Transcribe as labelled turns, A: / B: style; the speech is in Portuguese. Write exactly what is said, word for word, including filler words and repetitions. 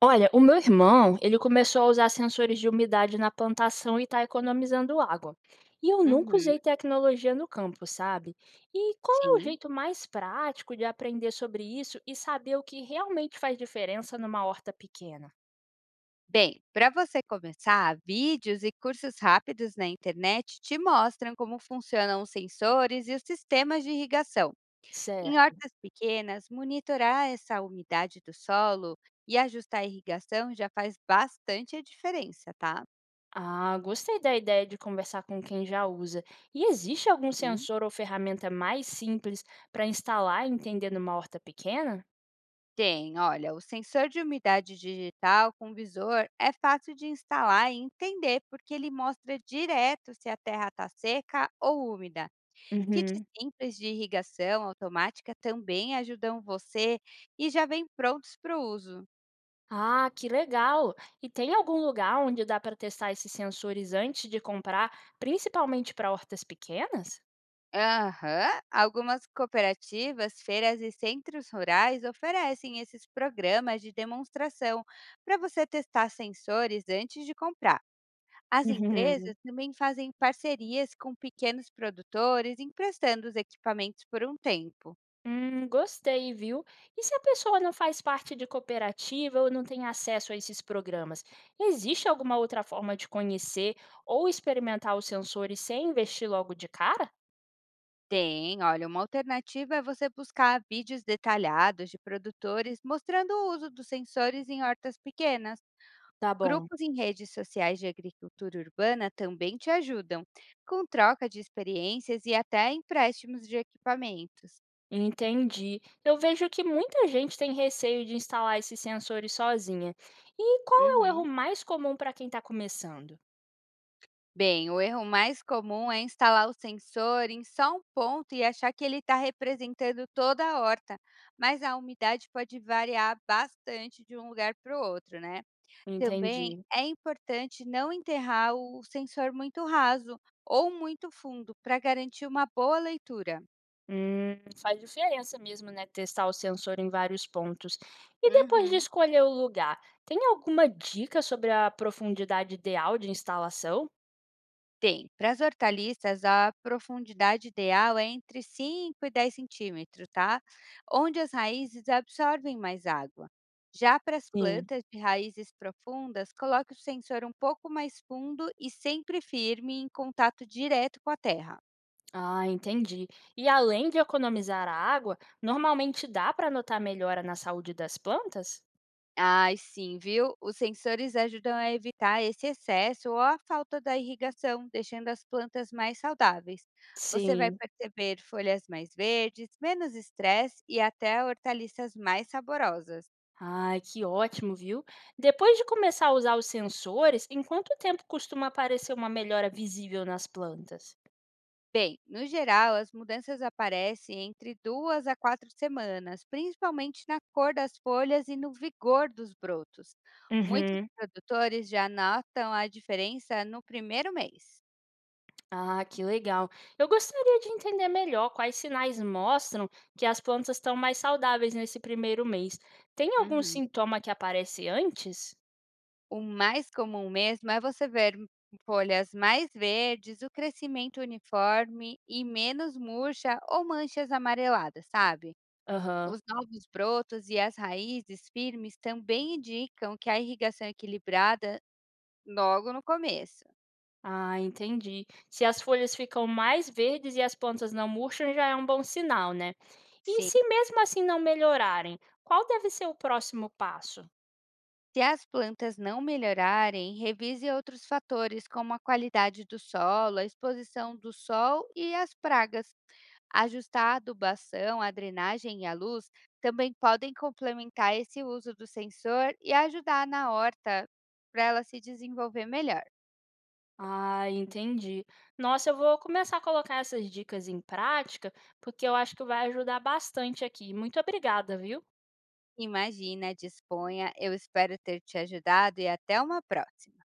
A: Olha, o meu irmão, ele começou a usar sensores de umidade na plantação e está economizando água. E eu nunca
B: Uhum,
A: usei tecnologia no campo, sabe? E qual é o
B: sim.
A: jeito mais prático de aprender sobre isso e saber o que realmente faz diferença numa horta pequena?
B: Bem, para você começar, vídeos e cursos rápidos na internet te mostram como funcionam os sensores e os sistemas de irrigação. Em
A: Certo.
B: hortas pequenas, monitorar essa umidade do solo e ajustar a irrigação já faz bastante a diferença, tá?
A: Ah, gostei da ideia de conversar com quem já usa. E existe algum
B: Sim.
A: sensor ou ferramenta mais simples para instalar e entender numa horta pequena?
B: Tem, olha, o sensor de umidade digital com visor é fácil de instalar e entender porque ele mostra direto se a terra está seca ou úmida. Kits
A: Uhum.
B: simples de irrigação automática também ajudam você e já vêm prontos para o uso.
A: Ah, que legal! E tem algum lugar onde dá para testar esses sensores antes de comprar, principalmente para hortas pequenas?
B: Aham, algumas cooperativas, feiras e centros rurais oferecem esses programas de demonstração para você testar sensores antes de comprar. As empresas
A: Uhum.
B: também fazem parcerias com pequenos produtores, emprestando os equipamentos por um tempo.
A: Hum, gostei, viu? E se a pessoa não faz parte de cooperativa ou não tem acesso a esses programas, existe alguma outra forma de conhecer ou experimentar os sensores sem investir logo de cara?
B: Tem, olha, uma alternativa é você buscar vídeos detalhados de produtores mostrando o uso dos sensores em hortas pequenas.
A: Tá bom,
B: Grupos em redes sociais de agricultura urbana também te ajudam, com troca de experiências e até empréstimos de equipamentos.
A: entendi. Eu vejo que muita gente tem receio de instalar esses sensores sozinha. E qual é o
B: Uhum.
A: erro mais comum para quem está começando?
B: Bem, o erro mais comum é instalar o sensor em só um ponto e achar que ele está representando toda a horta, mas a umidade pode variar bastante de um lugar para o outro, né? Também
A: Entendi.
B: é importante não enterrar o sensor muito raso ou muito fundo para garantir uma boa leitura.
A: Hum, faz diferença mesmo, né, testar o sensor em vários pontos. E depois de
B: Uhum.
A: escolher o lugar, tem alguma dica sobre a profundidade ideal de instalação?
B: Tem. Para as hortaliças, a profundidade ideal é entre cinco e dez centímetros, tá? Onde as raízes absorvem mais água. Já para as
A: Sim.
B: plantas de raízes profundas, coloque o sensor um pouco mais fundo e sempre firme em contato direto com a terra.
A: Ah, entendi. E além de economizar a água, normalmente dá para notar melhora na saúde das plantas?
B: Ai, sim, viu? Os sensores ajudam a evitar esse excesso ou a falta da irrigação, deixando as plantas mais saudáveis. Você vai
A: Sim.
B: perceber folhas mais verdes, menos estresse e até hortaliças mais saborosas.
A: Ai, que ótimo, viu? Depois de começar a usar os sensores, em quanto tempo costuma aparecer uma melhora visível nas plantas?
B: Bem, no geral, as mudanças aparecem entre duas a quatro semanas, principalmente na cor das folhas e no vigor dos brotos. Muitos
A: Uhum.
B: produtores já notam a diferença no primeiro mês.
A: Ah, que legal. Eu gostaria de entender melhor quais sinais mostram que as plantas estão mais saudáveis nesse primeiro mês. Tem algum
B: Uhum.
A: sintoma que aparece antes?
B: O mais comum mesmo é você ver m- folhas mais verdes, o crescimento uniforme e menos murcha ou manchas amareladas, sabe?
A: Aham.
B: Os novos brotos e as raízes firmes também indicam que a irrigação é equilibrada logo no começo.
A: Ah, entendi. Se as folhas ficam mais verdes e as plantas não murcham, já é um bom sinal, né? E se mesmo assim não melhorarem, qual deve ser o próximo passo?
B: Se as plantas não melhorarem, revise outros fatores como a qualidade do solo, a exposição do sol e as pragas. Ajustar a adubação, a drenagem e a luz também podem complementar esse uso do sensor e ajudar na horta para ela se desenvolver melhor.
A: Ah, entendi. Nossa, eu vou começar a colocar essas dicas em prática, porque eu acho que vai ajudar bastante aqui. Muito obrigada, viu?
B: Imagina, disponha, eu espero ter te ajudado e até uma próxima!